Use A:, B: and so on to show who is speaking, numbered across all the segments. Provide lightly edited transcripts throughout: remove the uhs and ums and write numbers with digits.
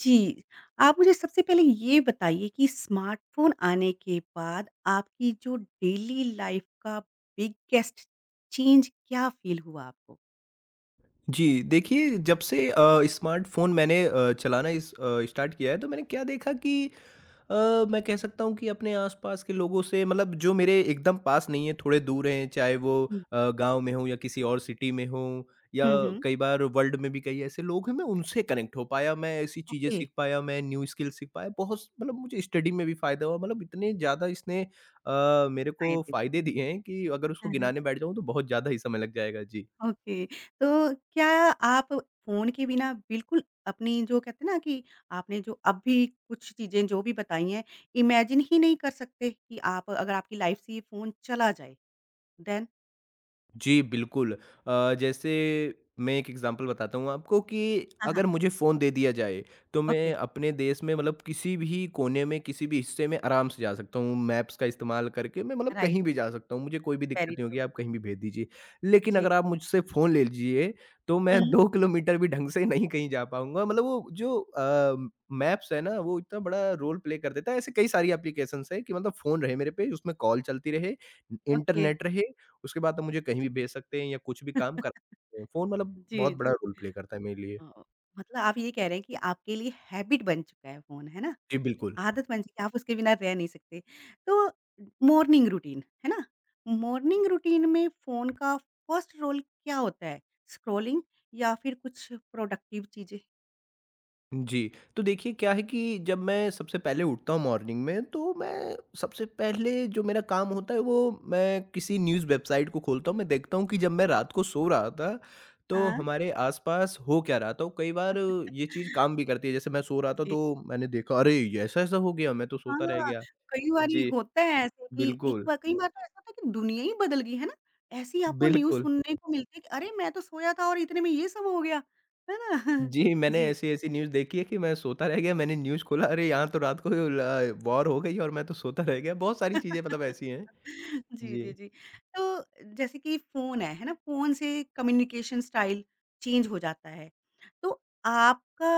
A: जी। आप मुझे सबसे पहले ये बताइए कि स्मार्टफ़ोन आने के बाद आपकी जो डेली लाइफ़ का बिगेस्ट चेंज क्या फ़ील हुआ आपको?
B: जी, देखिए जब से स्मार्टफ़ोन मैंने चलाना इस स्टार्ट किया है तो मैंने क्या देखा कि मैं कह सकता हूँ कि अपने आस-पास के लोगों से मतलब जो मेरे एकदम पास नहीं है, थोड़े दूर हैं, चाहे वो
A: हुँ।
B: गाँव में हों या किसी और सिटी में हों या
A: हुँ, हुँ।
B: कई बार वर्ल्ड में भी कई ऐसे लोग हैं, मैं उनसे कनेक्ट हो पाया, मैं ऐसी चीज़ें
A: ओके,
B: सीख पाया, मैं न्यू स्किल सीख पाया, बहुत स मतलब मुझे स्टडी में भी फ़ायदा हुआ, मतलब इतने ज़्यादा इसने मेरे को
A: फ़ायदे भी।
B: फ़ायदे दिए हैं कि अगर उसको
A: हाँ, हाँ।
B: गिनाने बैठ जाऊँ तो बहुत ज़्यादा ही समय लग जाएगा। जी।
A: ओके, तो क्या आप फ़ोन के बिना बिल्कुल अपनी जो कहते हैं ना कि आपने जो अभी कुछ चीज़ें जो भी बताई हैं, इमेजिन ही नहीं कर सकते कि आप अगर आपकी लाइफ़ से ये फ़ोन चला जाए? देन?
B: जी, बिल्कुल। जैसे मैं एक एग्ज़ाम्पल बताता हूँ आपको कि
A: हाँ,
B: अगर
A: हाँ।
B: मुझे फ़ोन दे दिया जाए, तो
A: ओके,
B: मैं अपने देश में मतलब किसी भी कोने में, किसी भी हिस्से में आराम से जा सकता हूँ। मैप्स का इस्तेमाल करके मैं मतलब कहीं भी
A: राइट,
B: जा सकता हूँ, मुझे कोई भी दिक्कत
A: वेरी
B: नहीं
A: ट्रू।
B: होगी, आप कहीं भी भेज दीजिए। लेकिन
A: जी।
B: अगर आप मुझसे फ़ोन ले लीजिए, तो मैं
A: हुँ।
B: 2 किलोमीटर भी ढंग से नहीं कहीं जा पाऊँगा। मतलब वो जो मैप्स है ना, वो इतना बड़ा रोल प्ले कर देता है। ऐसे कई सारी एप्लीकेशंस हैं कि मतलब फ़ोन रहे मेरे पे, उसमें कॉल चलती रहे,
A: ओके।
B: इंटरनेट रहे उसके बाद आप मुझे कहीं भी भेज सकते हैं या कुछ भी काम कर सकते हैं। फ़ोन मतलब
A: जी,
B: बहुत
A: जी।
B: बड़ा रोल प्ले करता है मेरे लिए।
A: ओह! मतलब आप ये कह रहे हैं कि आपके लिए हैबिट बन चुका है फ़ोन, है ना?
B: जी, बिल्कुल।
A: आदत बन चुकी है, आप उसके बिना रह नहीं सकते। तो मॉर्निंग रूटीन, है ना? मॉर्निंग रूटीन में फ़ोन का फर्स्ट रोल क्या होता है? स्क्रॉलिंग या फिर कुछ प्रोडक्टिव चीज़ें?
B: जी, तो देखिए क्या है कि जब मैं सबसे पहले उठता हूँ मॉर्निंग में तो मैं सबसे पहले जो मेरा काम होता है वो मैं किसी न्यूज़ वेबसाइट को खोलता हूँ। मैं देखता हूँ कि जब मैं रात को सो रहा था तो
A: हाँ।
B: हमारे आस-पास हो क्या रहा था। कई बार ये चीज़ काम भी करती है। जैसे मैं सो रहा था
A: जी।
B: तो मैंने देखा अरे! ये ऐसा-ऐसा हो गया, मैं तो सोता रह
A: हाँ,
B: गया।
A: कई बारी
B: जी,
A: होता है ऐसे कि एक
B: बिल्कुल,
A: बार कई बार तो ऐसा होता है कि दुनिया ही बदल गई, है ना? ऐसी आपको न्यूज़
B: बिल्कुल।
A: सुनने को मिलती है कि अरे! मैं तो सोया था और इतने में ये सब हो गया, है ना?
B: जी, मैंने
A: जी।
B: ऐसी-ऐसी न्यूज़ देखी है कि मैं सोता रह गया, मैंने न्यूज़ खोला, अरे यहाँ तो रात को ल वॉर हो गई और मैं तो सोता रह गया। बहुत सारी चीज़ें मतलब ऐसी हैं।
A: जी, जी,
B: जी।
A: जी। तो जैसे कि फ़ोन है ना? फ़ोन से कम्युनिकेशन स्टाइल चेंज हो जाता है। तो आपका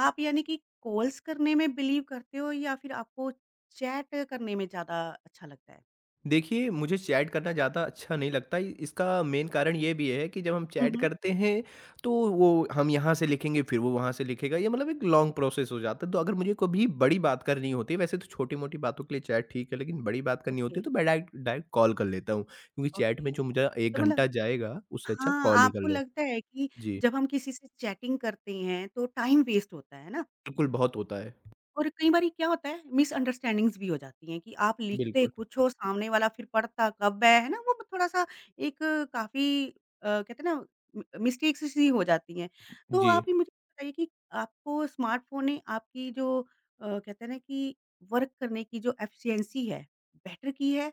A: आप यानी कि कॉल्स करने में बिलीव करते हो या फिर आपको चैट करने में ज़्यादा अच्छा लगता है?
B: देखिए, मुझे चैट करना ज़्यादा अच्छा नहीं लगता। इ इसका मेन कारण ये भी है कि जब हम
A: हुँ,
B: चैट
A: हुँ।
B: करते हैं, तो वो हम यहाँ से लिखेंगे, फिर वो वहाँ से लिखेगा। ये मतलब एक लॉन्ग प्रोसेस हो जाता है। तो अगर मुझे कभी बड़ी बात करनी होती है, वैसे तो छोटी-मोटी बातों के लिए चैट ठीक है, लेकिन बड़ी बात करनी
A: ओके,
B: होती है, तो मैं डायरेक्ट डायरेक्ट कॉल कर लेता हूँ। क्योंकि चैट में जो
A: ओके।
B: मुझे
A: तो
B: 1
A: मतलब
B: घंटा जाएगा, उससे अच्छा
A: हाँ,
B: कॉल ही कर
A: आपको
B: लो।
A: लगता है कि
B: जी,
A: जब हम किसी से चैटिंग करते हैं तो टाइम वेस्ट होता है ना?
B: बिल्कुल बहुत होता है।
A: और कई बारी क्या होता है मिसअंडरस्टैंडिंग्स भी हो जाती हैं कि आप लिखते
B: बिल्कुल,
A: कुछ हो, सामने वाला फिर पढ़ता कब है ना? वो थोड़ा-सा एक काफ़ी कहते हैं ना मि मिस्टेक्स सी हो जाती हैं। तो
B: जी।
A: आप ये मुझे बताइए कि आपको स्मार्टफ़ोन ने आपकी जो कहते हैं ना कि वर्क करने की जो एफ़िशिएंसी है, बेटर की है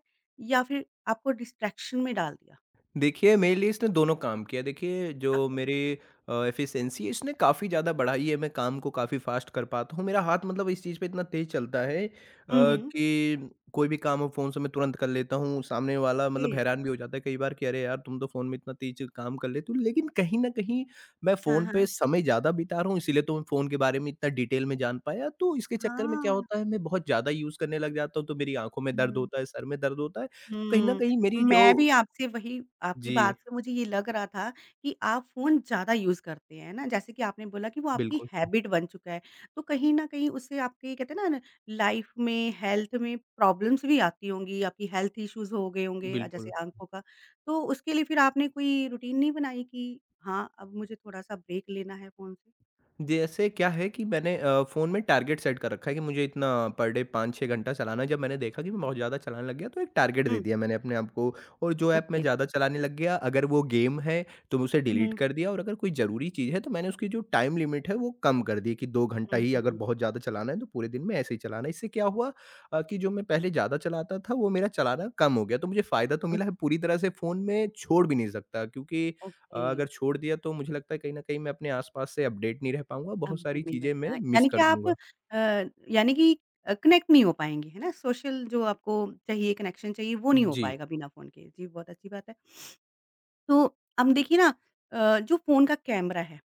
A: या फिर आपको डिस्ट्रैक्शन में डाल दिया?
B: देखिए, मेरे लिए इसने दोनों काम किया। देखिए, जो
A: ओके।
B: मेरी एफ़िशिएंसी है, इसने काफ़ी ज़्यादा बढ़ाई है। मैं काम को काफ़ी फ़ास्ट कर पाता हूँ। मेरा हाथ मतलब इस चीज़ पे इतना तेज़ चलता है
A: हुँ, हुँ।
B: कि कोई भी काम हो फ़ोन से मैं तुरंत कर लेता हूँ। सामने वाला
A: ओके।
B: मतलब हैरान भी हो जाता है कई बार कि अरे यार! तुम तो फ़ोन में इतना तेज़ काम कर लेते हो। लेकिन कहीं न कहीं मैं
A: हाँ,
B: फ़ोन पे
A: हाँ।
B: समय ज़्यादा बिता रहा हूँ, इसीलिए तो मैं फ़ोन के बारे में इतना डिटेल में जान पाया। तो इसके चक्कर में क्या
A: हाँ।
B: होता है, मैं बहुत ज़्यादा यूज़ करने लग जाता हूँ, तो मेरी आँखों में दर्द
A: हुँ।
B: होता है, सर में दर्द होता है। तो कहीं न
A: हुँ,
B: कहीं मेरी जो
A: मैं भी आपसे वही आपकी
B: जी।
A: बात से मुझे ये लग रहा था कि आप फ़ोन ज़्यादा यूज़ करते हैं, है ना? जैसे कि आपने बोला कि वो आपकी
B: बिल्कुल,
A: हैबिट बन चुका है, तो कहीं न कहीं उससे आपके कहते हैं ना लाइफ़ में, हेल्थ में प्रॉब्लम्स भी आती होंगी, आपकी हेल्थ इश्यूज़ हो गए होंगे जैसे
B: बिल्कुल।
A: आँखों का, तो उसके लिए फिर आपने कोई रूटीन नहीं बनाई कि हाँ, अब मुझे थोड़ा-सा ब्रेक लेना है फ़ोन से?
B: जैसे क्या है कि मैंने फ़ोन में टारगेट सेट कर रखा है कि मुझे इतना पर डे 5-6 घंटा चलाना है। जब मैंने देखा कि मैं बहुत ज़्यादा चलाने लग गया तो एक टारगेट दे
A: हुँ,
B: दिया मैंने अपने आप को और जो ऐप मैं
A: ओके।
B: ज़्यादा चलाने लग गया अगर वो गेम है तो मैं उसे डिलीट
A: हुँ,
B: कर दिया और अगर कोई ज़रूरी चीज़ है तो मैंने उसकी जो टाइम लिमिट है वो कम कर दी कि 2 घंटा
A: हुँ,
B: ही अगर
A: हुँ,
B: बहुत ज़्यादा चलाना है तो पूरे दिन में ऐसे ही चलाना है। इससे क्या हुआ कि जो मैं पहले ज़्यादा चलाता था वो मेरा चलाना कम हो गया। तो मुझे फ़ायदा तो
A: हुँ,
B: मिला है पूरी तरह से फ़ोन मैं छोड़ भी नहीं सकता क्योंकि
A: ओके।
B: अगर छोड़ दिया तो मुझे लगता है कहीं न कहीं मैं अपने आस-पास से अपडेट नहीं रह पाऊँगा, बहुत
A: अपडेट
B: सारी
A: नहीं
B: चीज़ें मैं
A: बचा।
B: मिस
A: यानी कि
B: कर
A: आप
B: दूँगा।
A: अ, यानी कि कनेक्ट नहीं हो पाएँगे, है ना? सोशल जो आपको चाहिए, कनेक्शन चाहिए, वो नहीं हो
B: जी।
A: पाएगा बिना फ़ोन के। जी, बहुत अच्छी बात है। तो हम देखिए ना जो फ़ोन का कैमरा है,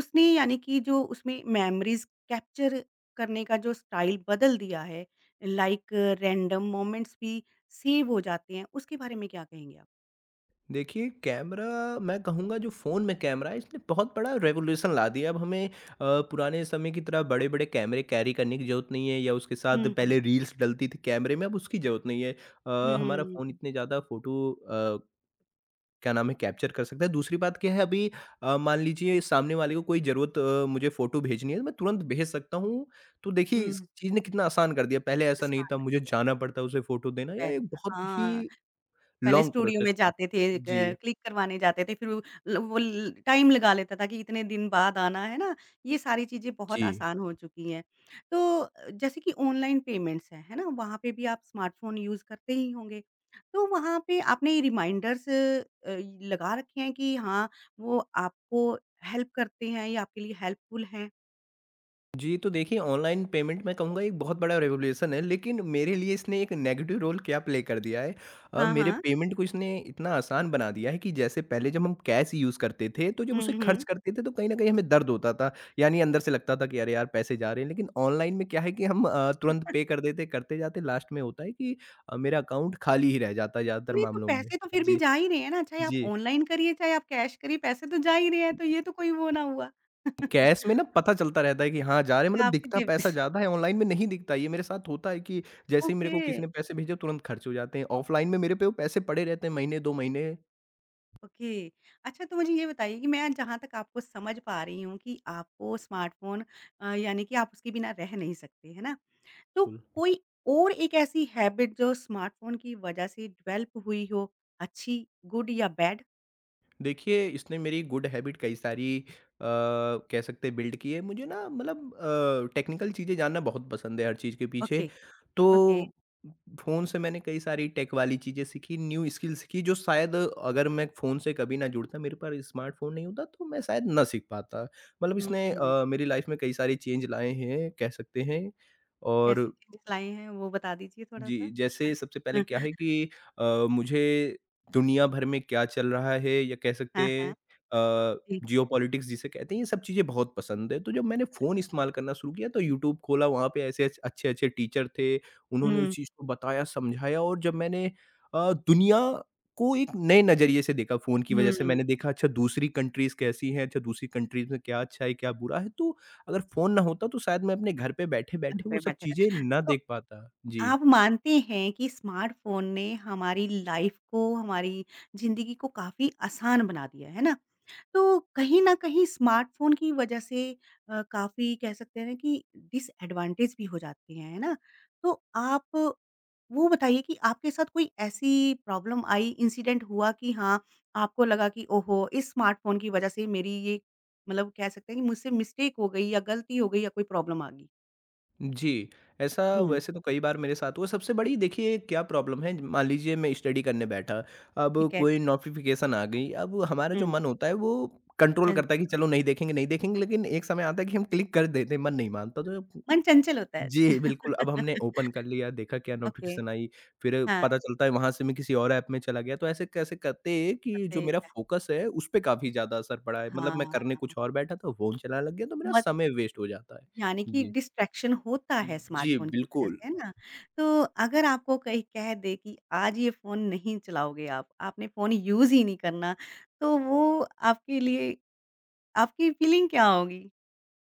A: उसने यानी कि जो उसमें मेमोरीज़ कैप्चर करने का जो स्टाइल बदल दिया है, लाइक रैंडम मोमेंट्स भी सेव हो जाते हैं, उसके बारे में क्या कहेंगे आप?
B: देखिए कैमरा मैं कहूँगा जो फ़ोन में कैमरा है इसने बहुत बड़ा रेवोल्यूशन ला दिया। अब हमें पुराने समय की तरह बड़े-बड़े कैमरे कैरी करने की ज़रूरत नहीं है या उसके साथ
A: हुँ, हुँ।
B: पहले रील्स डलती थी कैमरे में अब उसकी ज़रूरत नहीं है। हमारा फ़ोन
A: हुँ,
B: इतने ज़्यादा फ़ोटो क्या नाम है कैप्चर कर सकता है। दूसरी बात क्या है अभी मान लीजिए सामने वाले को कोई ज़रूरत मुझे फ़ोटो भेजनी है तो मैं तुरंत भेज सकता हूँ। तो देखिए इस
A: हुँ।
B: चीज़ ने कितना आसान कर दिया, पहले ऐसा नहीं
A: आसान
B: था
A: कर
B: मुझे
A: दिया।
B: जाना पड़ता उसे फ़ोटो देना या ये
A: वेरी
B: बहुत ही
A: हाँ। पहले
B: लॉन्ग
A: स्टूडियो में
B: प्रोसेस था।
A: जाते थे
B: जी,
A: क क्लिक करवाने जाते थे, फिर वो ल टाइम लगा लेता था कि इतने दिन बाद आना, है ना? ये सारी चीज़ें बहुत
B: जी।
A: आसान हो चुकी हैं। तो जैसे कि ऑनलाइन पेमेंट्स हैं, है ना? वहाँ पे भी आप स्मार्टफ़ोन यूज़ करते ही होंगे। तो वहाँ पे आपने रिमाइंडर्स लगा रखे हैं कि हाँ, वो आपको हेल्प करते हैं या आपके लिए हेल्पफुल हैं?
B: जी, तो देखिए ऑनलाइन पेमेंट मैं कहूँगा एक बहुत बड़ा रेवोल्यूशन है, लेकिन मेरे लिए इसने एक नेगेटिव रोल क्या प्ले कर दिया है
A: हाँ,
B: मेरे
A: हाँ।
B: पेमेंट को इसने इतना आसान बना दिया है कि जैसे पहले जब हम कैश यूज़ करते थे, तो जब
A: हुँ,
B: उसे
A: हुँ।
B: खर्च करते थे तो कहीं न कहीं हमें दर्द होता था, यानी अंदर से लगता था कि अरे यार पैसे जा रहे हैं, लेकिन ऑनलाइन में क्या है कि हम तुरंत पे कर देते, करते जाते लास्ट में होता है कि मेरा अकाउंट खाली ही रह जाता है ज़्यादातर
A: नहीं तो
B: मामलों में।
A: पैसे तो फिर भी
B: जी,
A: जा ही रहे हैं ना, चाहे आप
B: जी।
A: ऑनलाइन करिए, चाहे आप कैश करिए, पैसे तो जा ही रहे हैं, तो ये तो कोई वो ना हुआ।
B: कैश में ना पता चलता रहता है कि हाँ, जा रहे हैं
A: कि
B: मतलब
A: आपकी
B: दिखता
A: जेब
B: पैसा ज़्यादा है, ऑनलाइन में नहीं दिखता। ये मेरे साथ होता है कि जैसे ही मेरे
A: ओके,
B: को किसी ने पैसे भेजे तुरंत खर्च हो जाते हैं। ऑफलाइन में मेरे पे वो पैसे पड़े रहते हैं महीने 2 महीने,
A: ओके। अच्छा तो मुझे ये बताइए कि मैं जहाँ तक आपको समझ पा रही हूँ कि आपको स्मार्टफ़ोन यानी कि आप उसके बिना रह नहीं सकते, है ना? तो
B: कुल।
A: कोई और एक ऐसी हैबिट जो स्मार्टफ़ोन की वजह से डेवलप हुई हो, अच्छी, गुड या बैड?
B: देखिए, इसने मेरी गुड हैबिट कई सारी अ, कह सकते हैं बिल्ड की है। मुझे ना मतलब टेक्निकल चीज़ें जानना बहुत पसंद है हर चीज़ के पीछे।
A: ओके,
B: तो
A: ओके।
B: फ़ोन से मैंने कई सारी टेक वाली चीज़ें सीखी, न्यू स्किल सीखी जो शायद अगर मैं फ़ोन से कभी ना जुड़ता, मेरे पास स्मार्टफ़ोन नहीं होता तो मैं शायद ना सीख पाता। मतलब
A: हुँ,
B: इसने
A: हुँ।
B: मेरी लाइफ़ में कई सारे चेंज लाए हैं, कह सकते हैं
A: कैसे
B: और
A: चेंजेज़ लाए हैं वो बता दीजिए
B: जी,
A: थोड़ा-सा?
B: जैसे सबसे पहले क्या है कि अ, मुझे दुनिया भर में क्या चल रहा है या कह सकते
A: हाँ,
B: हैं
A: हाँ। जी।
B: जियोपॉलिटिक्स जिसे कहते हैं, ये सब चीज़ें बहुत पसंद है। तो जब मैंने फ़ोन इस्तेमाल करना शुरू किया तो यूट्यूब खोला, वहाँ पे ऐसे अच अच्छे-अच्छे टीचर थे, उन्होंने उस
A: हुँ,
B: चीज़ को बताया, समझाया और जब मैंने दुनिया को एक नए नज़रिए से देखा फ़ोन की वज़ह से,
A: हुँ,
B: मैंने देखा अच्छा दूसरी कंट्रीज़ कैसी हैं, अच्छा दूसरी कंट्रीज़ में क्या अच्छा है, क्या बुरा है। तो अगर फ़ोन ना होता तो शायद मैं अपने घर पे
A: घर
B: बैठे-बैठे वो
A: पे
B: सब
A: बैठे
B: चीज़ें
A: रहे।
B: ना
A: तो
B: देख पाता। जी।
A: आप मानते हैं कि स्मार्टफ़ोन ने हमारी लाइफ़ को, हमारी ज़िंदगी को काफ़ी आसान बना दिया, है ना? तो कहीं न कहीं स्मार्टफ़ोन की वजह से काफ़ी कह सकते हैं ना कि डिसएडवांटेज भी हो जाते हैं, है ना? तो आप वो बताइए कि आपके साथ कोई ऐसी प्रॉब्लम आई, इंसिडेंट हुआ कि हाँ, आपको लगा कि ओहो! इस स्मार्टफ़ोन की वजह से मेरी ये मतलब कह सकते हैं कि मुझसे मिस्टेक हो गई या गलती हो गई या कोई प्रॉब्लम आ गई?
B: जी, ऐसा
A: हुँ,
B: वैसे तो कई बार मेरे साथ हुआ, सबसे बड़ी देखिए क्या प्रॉब्लम है, मान लीजिए मैं स्टडी करने बैठा, अब
A: ठीक है।
B: कोई नोटिफ़िकेशन आ गई, अब हमारा जो
A: हुँ,
B: मन होता है वो कंट्रोल करता है
A: चंचल
B: कि चलो नहीं देखेंगे, नहीं देखेंगे, लेकिन एक समय आता है कि हम क्लिक कर देते हैं, मन नहीं मानता
A: हाँ,
B: तो
A: मन चंचल होता है।
B: जी, बिल्कुल, अब हमने ओपन कर लिया, देखा क्या
A: ओके,
B: नोटिफ़िकेशन आई, फिर
A: हाँ,
B: पता चलता है वहाँ से मैं किसी और ऐप में चला गया, तो ऐसे कैसे करते हैं कि जो
A: सफ़ेद
B: मेरा
A: है।
B: फ़ोकस है, उस पे काफ़ी ज़्यादा असर पड़ा है, मतलब मैं
A: हाँ,
B: करने कुछ और बैठा था, फ़ोन चलाने लग गया, तो मेरा
A: मत
B: समय वेस्ट हो जाता है।
A: यानी कि
B: जी।
A: डिस्ट्रैक्शन होता है
B: जी,
A: स्मार्टफ़ोन की वज़ह
B: बिल्कुल।
A: से, है ना? तो अगर आपको कोई कह दे कि आज ये फ़ोन नहीं चलाओगे आप, आपने फ़ोन यूज़ ही नहीं करना, तो वो आपके लिए आपकी फ़ीलिंग क्या होगी?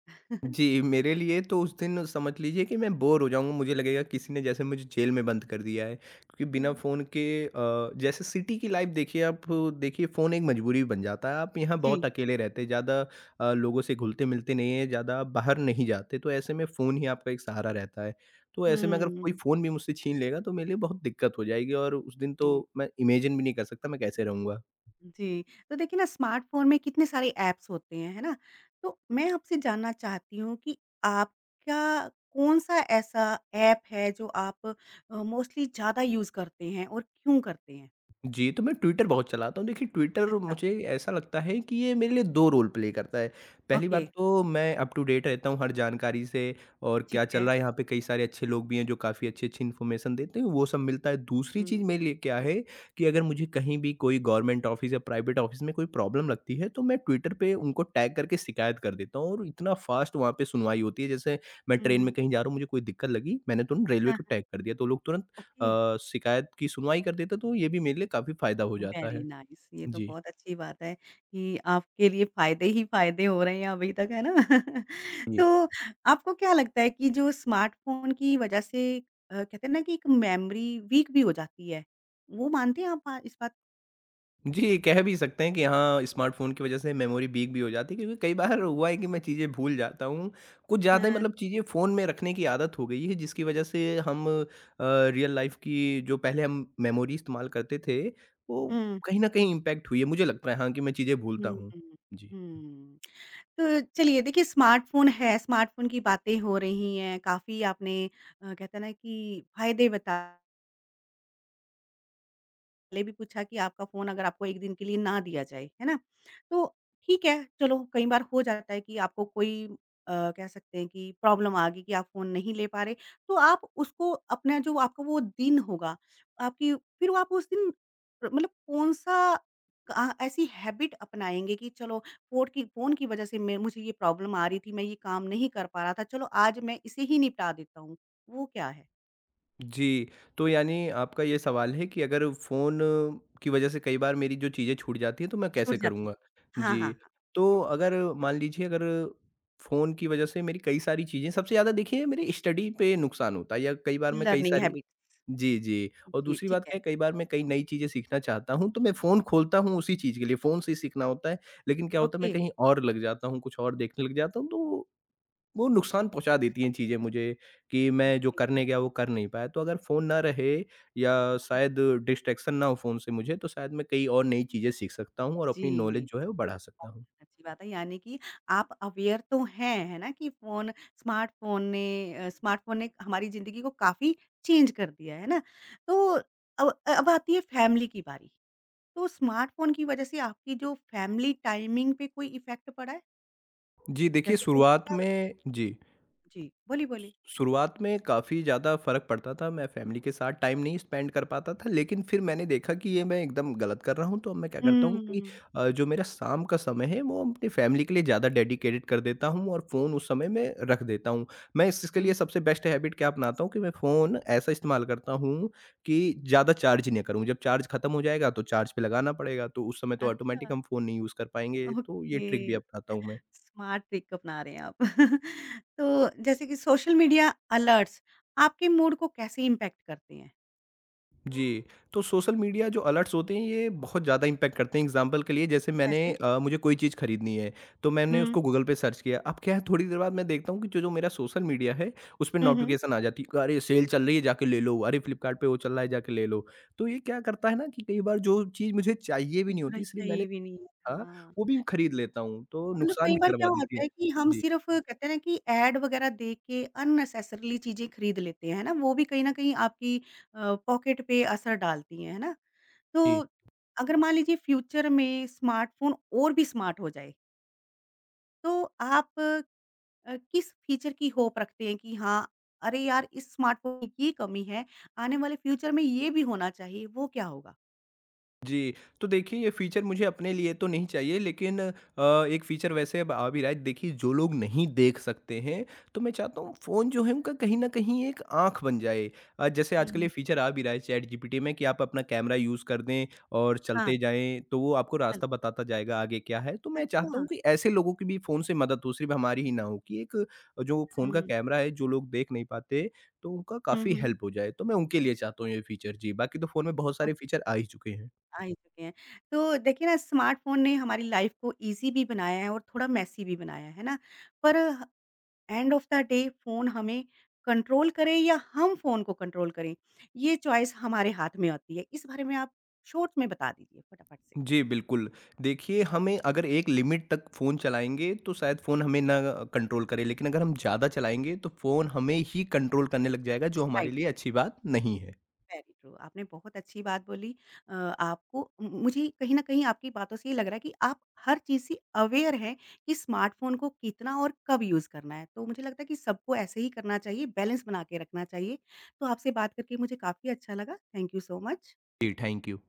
B: जी, मेरे लिए तो उस दिन समझ लीजिए कि मैं बोर हो जाऊँगा, मुझे लगेगा किसी ने जैसे मुझे जेल में बंद कर दिया है, क्योंकि बिना
A: हाँ,
B: फ़ोन के जैसे सिटी की लाइफ़ देखिए आप देखिए फ़ोन एक मजबूरी बन जाता है, आप यहाँ
A: जी।
B: बहुत अकेले रहते हैं, ज़्यादा लोगों से घुलते-मिलते नहीं हैं, ज़्यादा बाहर नहीं जाते, तो ऐसे में फ़ोन ही आपका एक सहारा रहता है। तो ऐसे में अगर कोई
A: हुँ,
B: फ़ोन भी मुझसे छीन लेगा, तो मेरे लिए बहुत दिक्कत हो जाएगी और उस दिन
A: जी।
B: तो मैं इमेजिन भी नहीं कर सकता मैं कैसे रहूँगा।
A: जी, तो देखिए ना स्मार्टफ़ोन में कितने सारे ऐप्स होते हैं, है ना? तो मैं आपसे जानना चाहती हूँ कि आपका कौन-सा ऐसा ऐप है जो आप मोस्टली ज़्यादा यूज़ करते हैं और क्यों करते हैं?
B: जी, तो मैं ट्विटर बहुत चलाता हूँ। देखिए, ट्विटर
A: अच्छा,
B: मुझे ऐसा लगता है कि ये मेरे लिए 2 रोल प्ले करता है। पहली
A: ओके,
B: बात तो मैं अप टू डेट रहता हूँ हर जानकारी से और क्या
A: ठीक
B: चल
A: है।
B: रहा है, यहाँ पे कई सारे अच्छे लोग भी हैं जो काफ़ी अच्छी-अच्छी इन्फॉर्मेशन देते हैं, वो सब मिलता है। दूसरी
A: हुँ,
B: चीज़ मेरे लिए क्या है कि अगर मुझे कहीं भी कोई गवर्नमेंट ऑफ़िस या प्राइवेट ऑफ़िस में कोई प्रॉब्लम लगती है, तो मैं ट्विटर पे उनको टैग करके शिकायत कर देता हूँ और इतना फ़ास्ट वहाँ पे सुनवाई होती है, जैसे मैं ट्रेन
A: हुँ,
B: में कहीं जा रहा हूँ, मुझे कोई दिक्कत लगी, मैंने तुरंत रेलवे
A: हाँ,
B: को
A: हाँ,
B: टैग कर दिया, तो लोग तुरंत
A: ओके।
B: शिकायत की सुनवाई कर देता। तो ये भी मेरे लिए काफ़ी फ़ायदा हो जाता
A: वेरी
B: है।
A: नाइस ये तो
B: जी।
A: बहुत अच्छी बात है कि आपके लिए फायदे ही फायदे हो रहे हैं अभी तक है ना तो
B: जी।
A: आपको क्या लगता है कि जो स्मार्टफोन की वजह से कहते हैं ना कि एक मेमोरी वीक भी हो जाती है वो मानते हैं आप इस बात
B: जी, कह भी सकते हैं कि हाँ, स्मार्टफ़ोन की वज़ह से मेमोरी वीक भी हो जाती है क्योंकि कई बार हुआ है कि मैं चीज़ें भूल जाता हूँ। कुछ ज़्यादा ही
A: हाँ,
B: मतलब चीज़ें फ़ोन में रखने की आदत हो गई है जिसकी वज़ह से हम रियल लाइफ़ की जो पहले हम मेमोरी इस्तेमाल करते थे, वो
A: हम्म
B: कहीं न कहीं इम्पैक्ट हुई है। मुझे लगता है हाँ, कि मैं चीज़ें भूलता
A: हम्म
B: हूँ। जी।
A: हम्म तो चलिए देखिए स्मार्टफोन है स्मार्टफोन की बातें हो रही हैं काफी आपने कहते हैं ना कि फायदे बताए पहले भी पूछा कि आपका फ़ोन अगर आपको 1 दिन के लिए ना दिया जाए, है ना? तो ठीक है, चलो कई बार हो जाता है कि आपको कोई कह सकते हैं कि प्रॉब्लम आ गई कि आप फ़ोन नहीं ले पा रहे, तो आप उसको अपना जो आपका वो दिन होगा, आपकी फिर वो आप उस दिन मतलब कौन-सा ऐसी हैबिट अपनाएँगे कि चलो फ़ोन की वज़ह से मैं मुझे ये प्रॉब्लम आ रही थी, मैं ये काम नहीं कर पा रहा था, चलो आज मैं इसे ही निपटा देता हूँ, वो क्या है?
B: जी, तो यानी आपका ये सवाल है कि अगर फ़ोन की वजह से कई बार मेरी जो चीज़ें छूट जाती हैं, तो मैं
A: छूट
B: कैसे
A: जाती
B: करूँगा?
A: है। हाँ, हाँ,
B: जी,
A: हाँ,
B: तो अगर मान लीजिए, अगर फ़ोन की वजह से मेरी कई सारी चीज़ें, सबसे ज़्यादा देखिए मेरी स्टडी पे नुकसान होता है या कई बार मैं कई
A: लर्निंग
B: सारी।
A: हैबिट।
B: जी, जी और
A: जी,
B: दूसरी
A: ठीक
B: बात क्या
A: है।
B: है, कई बार मैं कई नई चीज़ें सीखना चाहता हूँ, तो मैं फ़ोन खोलता हूँ उसी चीज़ के लिए, फ़ोन से ही सीखना होता है। लेकिन क्या होता है,
A: ओके।
B: मैं कहीं और लग जाता हूँ, कुछ और देखने लग जाता हूँ, तो वो नुकसान पहुँचा देती हैं चीज़ें मुझे, कि मैं जो
A: जी।
B: करने गया वो कर नहीं पाया। तो अगर फ़ोन ना रहे या शायद डिस्ट्रैक्शन ना हो फ़ोन से मुझे, तो शायद मैं कई और नई चीज़ें सीख सकता हूँ और अपनी नॉलेज
A: जी,
B: जो है वो बढ़ा सकता
A: बहुत
B: हूँ।
A: अच्छी बात है यानी कि आप अवेयर तो हैं, है ना? कि फ़ोन स्मार्टफ़ोन ने स्मार्टफ़ोन ने हमारी ज़िंदगी को काफ़ी चेंज कर दिया है ना? तो अब अब आती है फैमिली की बारी। तो स्मार्टफ़ोन की वज़ह से आपकी जो फैमिली टाइमिंग पे कोई इफ़ेक्ट पड़ा है?
B: जी, देखिए
A: जैसे कई बार
B: शुरुआत
A: क्या होता
B: में।
A: है
B: जी।
A: जी, बोलिए।
B: शुरुआत में काफ़ी ज़्यादा फ़र्क पड़ता था, मैं फ़ैमिली के साथ टाइम नहीं स्पेंड कर पाता था, लेकिन फिर मैंने देखा कि ये मैं एकदम गलत कर रहा हूँ, तो अब मैं क्या करता हूँ कि
A: हुँ,
B: जो मेरा शाम का समय है, वो अपनी फ़ैमिली के लिए ज़्यादा डेडिकेटेड कर देता हूँ और फ़ोन उस समय मैं रख देता हूँ। मैं इस चीज़ के
A: हुँ।
B: लिए सबसे बेस्ट हैबिट क्या अपनाता हूँ कि मैं फ़ोन ऐसा इस्तेमाल करता हूँ कि ज़्यादा चार्ज ना करूँ, जब चार्ज खत्म हो जाएगा, तो चार्ज पे लगाना पड़ेगा, तो उस समय तो ऑटोमैटिक
A: अच्छा,
B: हम फ़ोन नहीं यूज़ कर पाएँगे, तो ये
A: ओके।
B: ट्रिक भी अपनाता हूँ मैं।
A: स्मार्ट ट्रिक अपना रहे हैं आप। तो जैसे कि सोशल मीडिया अलर्ट्स आपके मूड को कैसे इम्पैक्ट करते हैं?
B: जी, तो सोशल मीडिया जो अलर्ट्स होते हैं ये बहुत ज़्यादा इम्पैक्ट करते हैं। एग्ज़ाम्पल के लिए, जैसे मैंने
A: कैसे?
B: अ, मुझे कोई चीज़ खरीदनी है, तो मैंने
A: हुँ,
B: उसको गूगल पे सर्च किया। अब क्या है, थोड़ी देर बाद मैं देखता हूँ कि जो-जो मेरा सोशल मीडिया है उस पे
A: हुँ, हुँ।
B: नोटिफ़िकेशन आ जाती है, अरे सेल चल रही है जाके ले लो, अरे फ्लिपकार्ट पे वो चल रहा है जाके ले लो। तो ये क्या करता है ना कि कई बार जो चीज़ मुझे चाहिए भी नहीं
A: ज़रा
B: होती, इसलिए मैंने
A: चाहिए भी नहीं।
B: देखा
A: हाँ,
B: वो भी खरीद लेता हूँ, तो
A: मतलब
B: नुकसान
A: कई
B: भी
A: बार क्या
B: करवा देती
A: होता
B: है।
A: है कि हम
B: जी,
A: सिर्फ़ कहते हैं ना कि ऐड वगैरह देख के अननेसेसरीली चीज़ें खरीद लेते हैं, है ना? वो भी कहीं न कहीं आपकी पॉकेट पे असर डालती हैं, है ना? तो
B: जी।
A: अगर मान लीजिए फ्यूचर में स्मार्टफ़ोन और भी स्मार्ट हो जाए, तो आप किस फीचर की होप रखते हैं कि हाँ, अरे यार इस स्मार्टफ़ोन की ये कमी है, आने वाले फ्यूचर में ये भी होना चाहिए, वो क्या होगा?
B: जी, तो देखिए ये फ़ीचर मुझे अपने लिए तो नहीं चाहिए, लेकिन एक फ़ीचर वैसे अब आ भी रहा है। देखिए, जो लोग नहीं देख सकते हैं, तो मैं चाहता हूँ फ़ोन जो है उनका कहीं न कहीं एक आँख बन जाए। जैसे आजकल ये
A: हुँ।
B: फ़ीचर आ भी रहा है चैट जीपीटी में कि आप अपना कैमरा यूज़ कर दें और
A: हाँ,
B: चलते जाएँ, तो वो आपको
A: चल
B: रास्ता बताता जाएगा आगे क्या है। तो मैं चाहता
A: अच्छा।
B: हूँ कि ऐसे लोगों की भी फ़ोन से मदद हो, सिर्फ़ हमारी ही ना हो कि एक जो फ़ोन का
A: हुँ।
B: कैमरा है, जो लोग देख नहीं पाते, तो उनका
A: हुँ,
B: काफ़ी
A: हुँ।
B: हेल्प हो जाए। तो मैं उनके लिए चाहता हूँ ये फ़ीचर। जी, बाकी तो फ़ोन में बहुत सारे
A: ओके,
B: फ़ीचर आ ही चुके हैं।
A: आ ही चुके हैं। तो देखिए ना स्मार्टफ़ोन ने हमारी लाइफ़ को ईज़ी भी बनाया है और थोड़ा मेसी भी बनाया है ना? पर end of the day phone हमें कंट्रोल करे या हम फ़ोन को कंट्रोल करें, ये चॉइस हमारे हाथ में होती है। इस बारे में आप शॉर्ट में बता दीजिए फटाफट से।
B: जी, बिल्कुल। देखिए, हमें अगर एक लिमिट तक फ़ोन चलाएँगे, तो शायद फ़ोन हमें ना कंट्रोल करे, लेकिन अगर हम ज़्यादा चलाएँगे, तो फ़ोन हमें ही कंट्रोल करने लग जाएगा, जो
A: राइट।
B: हमारे लिए अच्छी बात नहीं है।
A: वेरी ट्रू आपने बहुत अच्छी बात बोली आपको मुझे कहीं ना कहीं आपकी बातों से ये लग रहा है कि आप हर चीज़ से अवेयर हैं कि स्मार्टफोन को कितना और कब यूज़ करना है तो मुझे लगता है कि सबको ऐसे ही करना चाहिए बैलेंस बना के रखना चाहिए तो आपसे बात करके मुझे काफ़ी अच्छा लगा थैंक यू सो मच
B: जी, थैंक यू।